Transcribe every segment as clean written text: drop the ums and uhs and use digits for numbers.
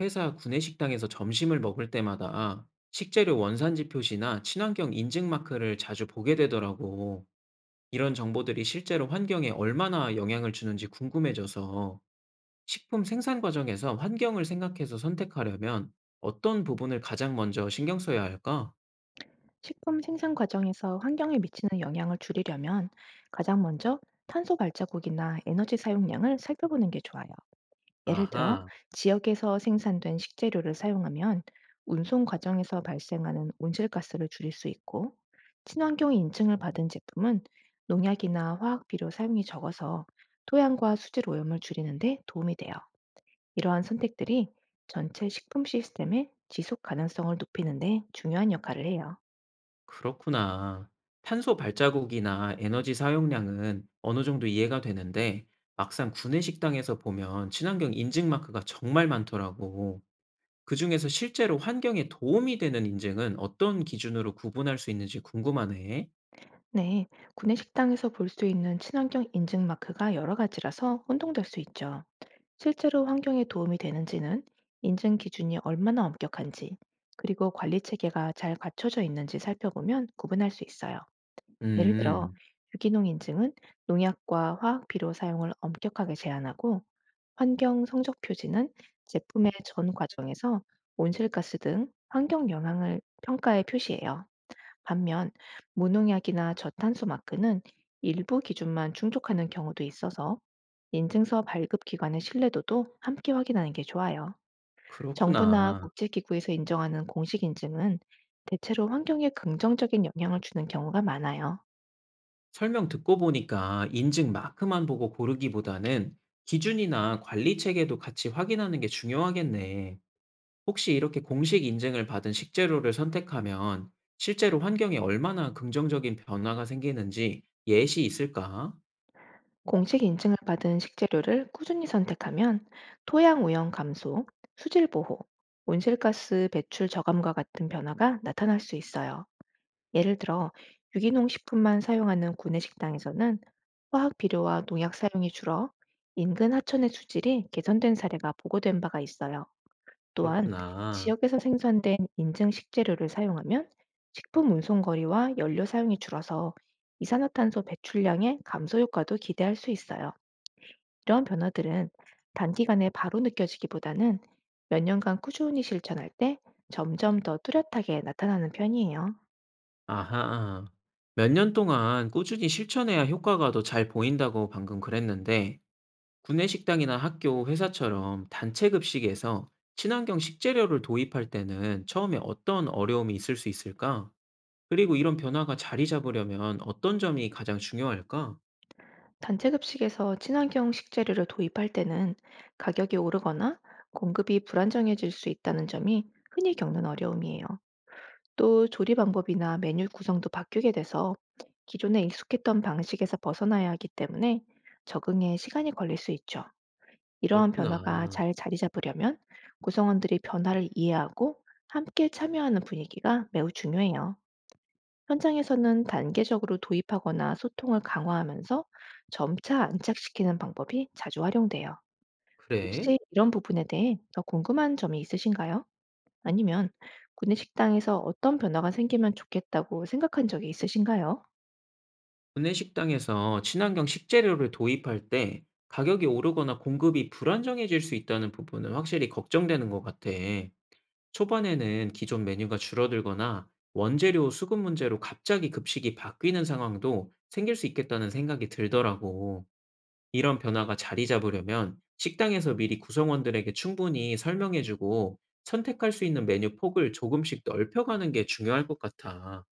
회사 구내식당에서 점심을 먹을 때마다 식재료 원산지 표시나 친환경 인증 마크를 자주 보게 되더라고. 이런 정보들이 실제로 환경에 얼마나 영향을 주는지 궁금해져서 식품 생산 과정에서 환경을 생각해서 선택하려면 어떤 부분을 가장 먼저 신경 써야 할까? 식품 생산 과정에서 환경에 미치는 영향을 줄이려면 가장 먼저 탄소 발자국이나 에너지 사용량을 살펴보는 게 좋아요. 예를 들어, 아하, 지역에서 생산된 식재료를 사용하면 운송 과정에서 발생하는 온실가스를 줄일 수 있고, 친환경 인증을 받은 제품은 농약이나 화학 비료 사용이 적어서 토양과 수질 오염을 줄이는데 도움이 돼요. 이러한 선택들이 전체 식품 시스템의 지속 가능성을 높이는데 중요한 역할을 해요. 그렇구나. 탄소 발자국이나 에너지 사용량은 어느 정도 이해가 되는데 막상 구내식당에서 보면 친환경 인증 마크가 정말 많더라고. 그중에서 실제로 환경에 도움이 되는 인증은 어떤 기준으로 구분할 수 있는지 궁금하네. 네, 구내 식당에서 볼 수 있는 친환경 인증 마크가 여러 가지라서 혼동될 수 있죠. 실제로 환경에 도움이 되는지는 인증 기준이 얼마나 엄격한지, 그리고 관리 체계가 잘 갖춰져 있는지 살펴보면 구분할 수 있어요. 예를 들어, 음, 유기농 인증은 농약과 화학 비료 사용을 엄격하게 제한하고, 환경 성적 표지는 제품의 전 과정에서 온실가스 등 환경 영향을 평가에 표시해요. 반면 무농약이나 저탄소 마크는 일부 기준만 충족하는 경우도 있어서 인증서 발급 기관의 신뢰도도 함께 확인하는 게 좋아요. 정부나 그렇구나. 국제기구에서 인정하는 공식 인증은 대체로 환경에 긍정적인 영향을 주는 경우가 많아요. 설명 듣고 보니까 인증 마크만 보고 고르기보다는 기준이나 관리 체계도 같이 확인하는 게 중요하겠네. 혹시 이렇게 공식 인증을 받은 식재료를 선택하면 실제로 환경에 얼마나 긍정적인 변화가 생기는지 예시 있을까? 공식 인증을 받은 식재료를 꾸준히 선택하면 토양 오염 감소, 수질 보호, 온실가스 배출 저감과 같은 변화가 나타날 수 있어요. 예를 들어 유기농 식품만 사용하는 구내 식당에서는 화학 비료와 농약 사용이 줄어 인근 하천의 수질이 개선된 사례가 보고된 바가 있어요. 또한 그렇구나. 지역에서 생산된 인증 식재료를 사용하면 식품 운송 거리와 연료 사용이 줄어서 이산화탄소 배출량의 감소 효과도 기대할 수 있어요. 이런 변화들은 단기간에 바로 느껴지기보다는 몇 년간 꾸준히 실천할 때 점점 더 뚜렷하게 나타나는 편이에요. 아하. 몇 년 동안 꾸준히 실천해야 효과가 더 잘 보인다고 방금 그랬는데, 구내 식당이나 학교, 회사처럼 단체 급식에서 친환경 식재료를 도입할 때는 처음에 어떤 어려움이 있을 수 있을까? 그리고 이런 변화가 자리 잡으려면 어떤 점이 가장 중요할까? 단체 급식에서 친환경 식재료를 도입할 때는 가격이 오르거나 공급이 불안정해질 수 있다는 점이 흔히 겪는 어려움이에요. 또 조리 방법이나 메뉴 구성도 바뀌게 돼서 기존에 익숙했던 방식에서 벗어나야 하기 때문에 적응에 시간이 걸릴 수 있죠. 이러한 변화가 그렇구나. 잘 자리 잡으려면 구성원들이 변화를 이해하고 함께 참여하는 분위기가 매우 중요해요. 현장에서는 단계적으로 도입하거나 소통을 강화하면서 점차 안착시키는 방법이 자주 활용돼요. 그래? 혹시 이런 부분에 대해 더 궁금한 점이 있으신가요? 아니면 군내 식당에서 어떤 변화가 생기면 좋겠다고 생각한 적이 있으신가요? 구내 식당에서 친환경 식재료를 도입할 때 가격이 오르거나 공급이 불안정해질 수 있다는 부분은 확실히 걱정되는 것 같아. 초반에는 기존 메뉴가 줄어들거나 원재료 수급 문제로 갑자기 급식이 바뀌는 상황도 생길 수 있겠다는 생각이 들더라고. 이런 변화가 자리 잡으려면 식당에서 미리 구성원들에게 충분히 설명해주고 선택할 수 있는 메뉴 폭을 조금씩 넓혀가는 게 중요할 것 같아.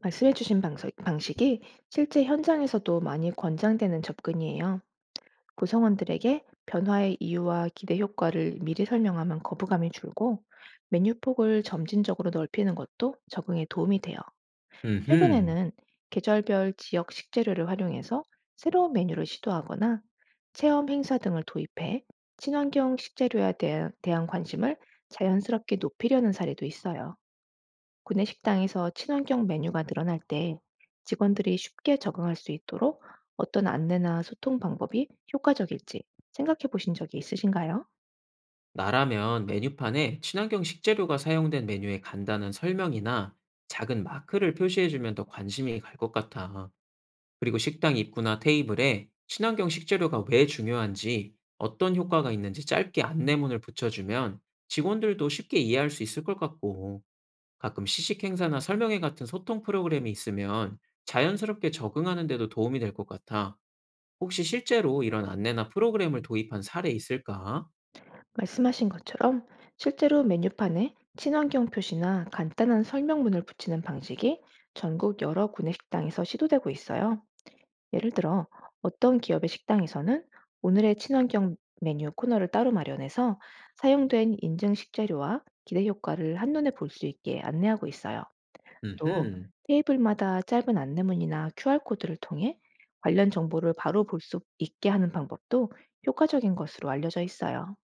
말씀해주신 방식이 실제 현장에서도 많이 권장되는 접근이에요. 구성원들에게 변화의 이유와 기대 효과를 미리 설명하면 거부감이 줄고 메뉴 폭을 점진적으로 넓히는 것도 적응에 도움이 돼요. 음흠. 최근에는 계절별 지역 식재료를 활용해서 새로운 메뉴를 시도하거나 체험 행사 등을 도입해 친환경 식재료에 대한 관심을 자연스럽게 높이려는 사례도 있어요. 구내 식당에서 친환경 메뉴가 늘어날 때 직원들이 쉽게 적응할 수 있도록 어떤 안내나 소통 방법이 효과적일지 생각해 보신 적이 있으신가요? 나라면 메뉴판에 친환경 식재료가 사용된 메뉴의 간단한 설명이나 작은 마크를 표시해주면 더 관심이 갈 것 같아. 그리고 식당 입구나 테이블에 친환경 식재료가 왜 중요한지, 어떤 효과가 있는지 짧게 안내문을 붙여주면 직원들도 쉽게 이해할 수 있을 것 같고, 가끔 시식 행사나 설명회 같은 소통 프로그램이 있으면 자연스럽게 적응하는 데도 도움이 될 것 같아. 혹시 실제로 이런 안내나 프로그램을 도입한 사례 있을까? 말씀하신 것처럼 실제로 메뉴판에 친환경 표시나 간단한 설명문을 붙이는 방식이 전국 여러 구내 식당에서 시도되고 있어요. 예를 들어 어떤 기업의 식당에서는 오늘의 친환경 메뉴 코너를 따로 마련해서 사용된 인증 식재료와 기대 효과를 한눈에 볼 수 있게 안내하고 있어요. 또 음흠, 테이블마다 짧은 안내문이나 QR코드를 통해 관련 정보를 바로 볼 수 있게 하는 방법도 효과적인 것으로 알려져 있어요.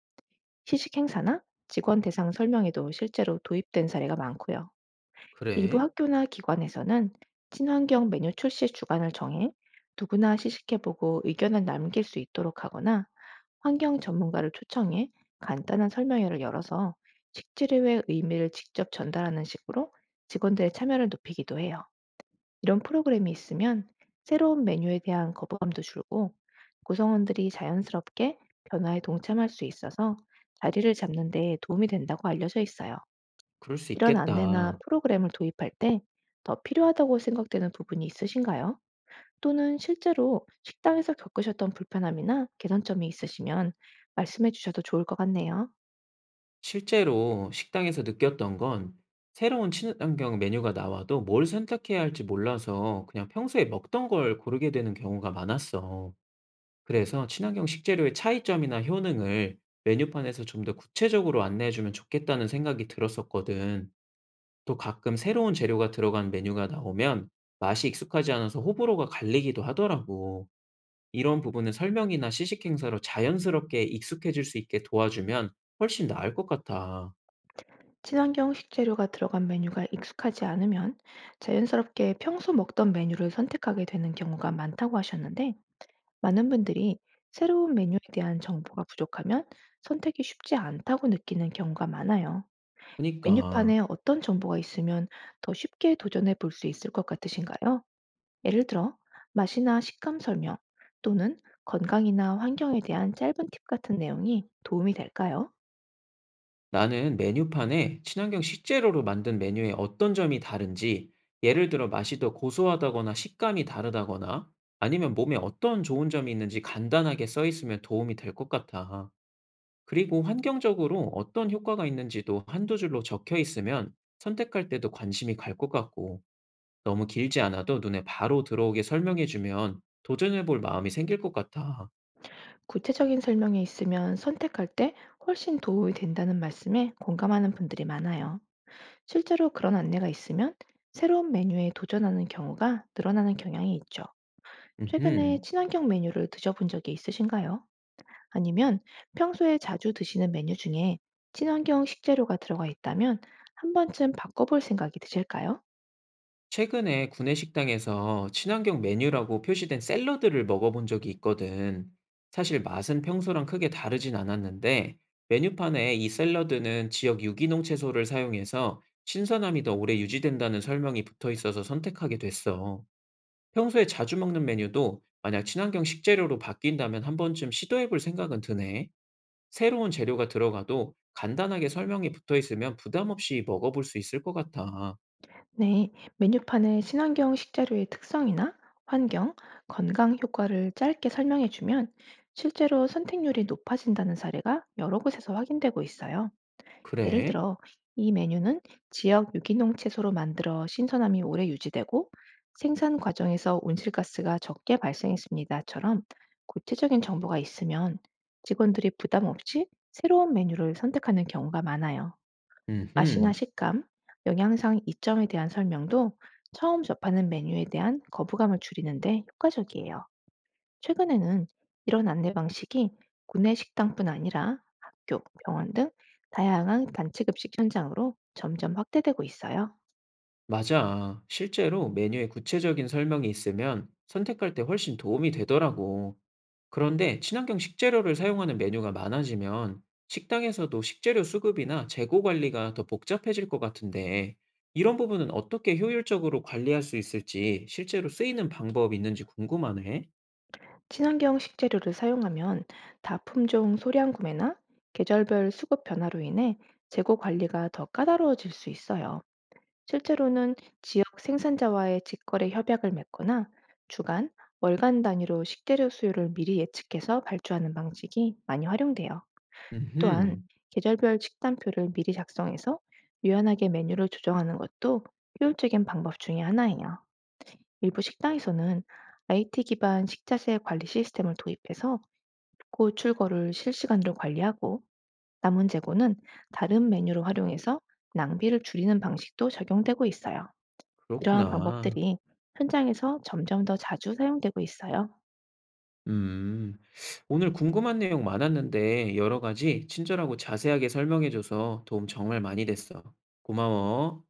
시식 행사나 직원 대상 설명에도 실제로 도입된 사례가 많고요. 일부 그래. 학교나 기관에서는 친환경 메뉴 출시 주간을 정해 누구나 시식해보고 의견을 남길 수 있도록 하거나 환경 전문가를 초청해 간단한 설명회를 열어서 식재료의 의미를 직접 전달하는 식으로 직원들의 참여를 높이기도 해요. 이런 프로그램이 있으면 새로운 메뉴에 대한 거부감도 줄고 구성원들이 자연스럽게 변화에 동참할 수 있어서 자리를 잡는 데 도움이 된다고 알려져 있어요. 그럴 수 이런 안내나 있겠다. 프로그램을 도입할 때 더 필요하다고 생각되는 부분이 있으신가요? 또는 실제로 식당에서 겪으셨던 불편함이나 개선점이 있으시면 말씀해 주셔도 좋을 것 같네요. 실제로 식당에서 느꼈던 건 새로운 친환경 메뉴가 나와도 뭘 선택해야 할지 몰라서 그냥 평소에 먹던 걸 고르게 되는 경우가 많았어. 그래서 친환경 식재료의 차이점이나 효능을 메뉴판에서 좀 더 구체적으로 안내해주면 좋겠다는 생각이 들었었거든. 또 가끔 새로운 재료가 들어간 메뉴가 나오면 맛이 익숙하지 않아서 호불호가 갈리기도 하더라고. 이런 부분은 설명이나 시식 행사로 자연스럽게 익숙해질 수 있게 도와주면 훨씬 나을 것 같아. 친환경 식재료가 들어간 메뉴가 익숙하지 않으면 자연스럽게 평소 먹던 메뉴를 선택하게 되는 경우가 많다고 하셨는데, 많은 분들이 새로운 메뉴에 대한 정보가 부족하면 선택이 쉽지 않다고 느끼는 경우가 많아요. 그니까 메뉴판에 어떤 정보가 있으면 더 쉽게 도전해 볼 수 있을 것 같으신가요? 예를 들어, 맛이나 식감 설명 또는 건강이나 환경에 대한 짧은 팁 같은 내용이 도움이 될까요? 나는 메뉴판에 친환경 식재료로 만든 메뉴의 어떤 점이 다른지, 예를 들어 맛이 더 고소하다거나 식감이 다르다거나 아니면 몸에 어떤 좋은 점이 있는지 간단하게 써 있으면 도움이 될 것 같아. 그리고 환경적으로 어떤 효과가 있는지도 한두 줄로 적혀 있으면 선택할 때도 관심이 갈 것 같고, 너무 길지 않아도 눈에 바로 들어오게 설명해 주면 도전해 볼 마음이 생길 것 같아. 구체적인 설명이 있으면 선택할 때 훨씬 도움이 된다는 말씀에 공감하는 분들이 많아요. 실제로 그런 안내가 있으면 새로운 메뉴에 도전하는 경우가 늘어나는 경향이 있죠. 최근에 음흠. 친환경 메뉴를 드셔본 적이 있으신가요? 아니면 평소에 자주 드시는 메뉴 중에 친환경 식재료가 들어가 있다면 한 번쯤 바꿔볼 생각이 드실까요? 최근에 구내 식당에서 친환경 메뉴라고 표시된 샐러드를 먹어본 적이 있거든. 사실 맛은 평소랑 크게 다르진 않았는데, 메뉴판에 이 샐러드는 지역 유기농 채소를 사용해서 신선함이 더 오래 유지된다는 설명이 붙어 있어서 선택하게 됐어. 평소에 자주 먹는 메뉴도 만약 친환경 식재료로 바뀐다면 한 번쯤 시도해 볼 생각은 드네. 새로운 재료가 들어가도 간단하게 설명이 붙어 있으면 부담 없이 먹어볼 수 있을 것 같아. 네, 메뉴판에 친환경 식재료의 특성이나 환경, 건강 효과를 짧게 설명해주면 실제로 선택률이 높아진다는 사례가 여러 곳에서 확인되고 있어요. 예를 그래? 들어 이 메뉴는 지역 유기농 채소로 만들어 신선함이 오래 유지되고 생산 과정에서 온실가스가 적게 발생했습니다처럼 구체적인 정보가 있으면 직원들이 부담 없이 새로운 메뉴를 선택하는 경우가 많아요. 맛이나 음흠. 식감, 영양상 이점에 대한 설명도 처음 접하는 메뉴에 대한 거부감을 줄이는데 효과적이에요. 최근에는 이런 안내 방식이 구내 식당뿐 아니라 학교, 병원 등 다양한 단체 급식 현장으로 점점 확대되고 있어요. 맞아. 실제로 메뉴에 구체적인 설명이 있으면 선택할 때 훨씬 도움이 되더라고. 그런데 친환경 식재료를 사용하는 메뉴가 많아지면 식당에서도 식재료 수급이나 재고 관리가 더 복잡해질 것 같은데 이런 부분은 어떻게 효율적으로 관리할 수 있을지 실제로 쓰이는 방법이 있는지 궁금하네. 친환경 식재료를 사용하면 다품종 소량 구매나 계절별 수급 변화로 인해 재고 관리가 더 까다로워질 수 있어요. 실제로는 지역 생산자와의 직거래 협약을 맺거나 주간, 월간 단위로 식재료 수요를 미리 예측해서 발주하는 방식이 많이 활용돼요. 또한 음, 계절별 식단표를 미리 작성해서 유연하게 메뉴를 조정하는 것도 효율적인 방법 중에 하나예요. 일부 식당에서는 IT 기반 식자재 관리 시스템을 도입해서 고출고를 실시간으로 관리하고 남은 재고는 다른 메뉴로 활용해서 낭비를 줄이는 방식도 적용되고 있어요. 이러한 그렇구나. 방법들이 현장에서 점점 더 자주 사용되고 있어요. 음, 오늘 궁금한 내용 많았는데 여러 가지 친절하고 자세하게 설명해줘서 도움 정말 많이 됐어. 고마워.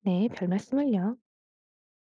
네, 별 말씀을요.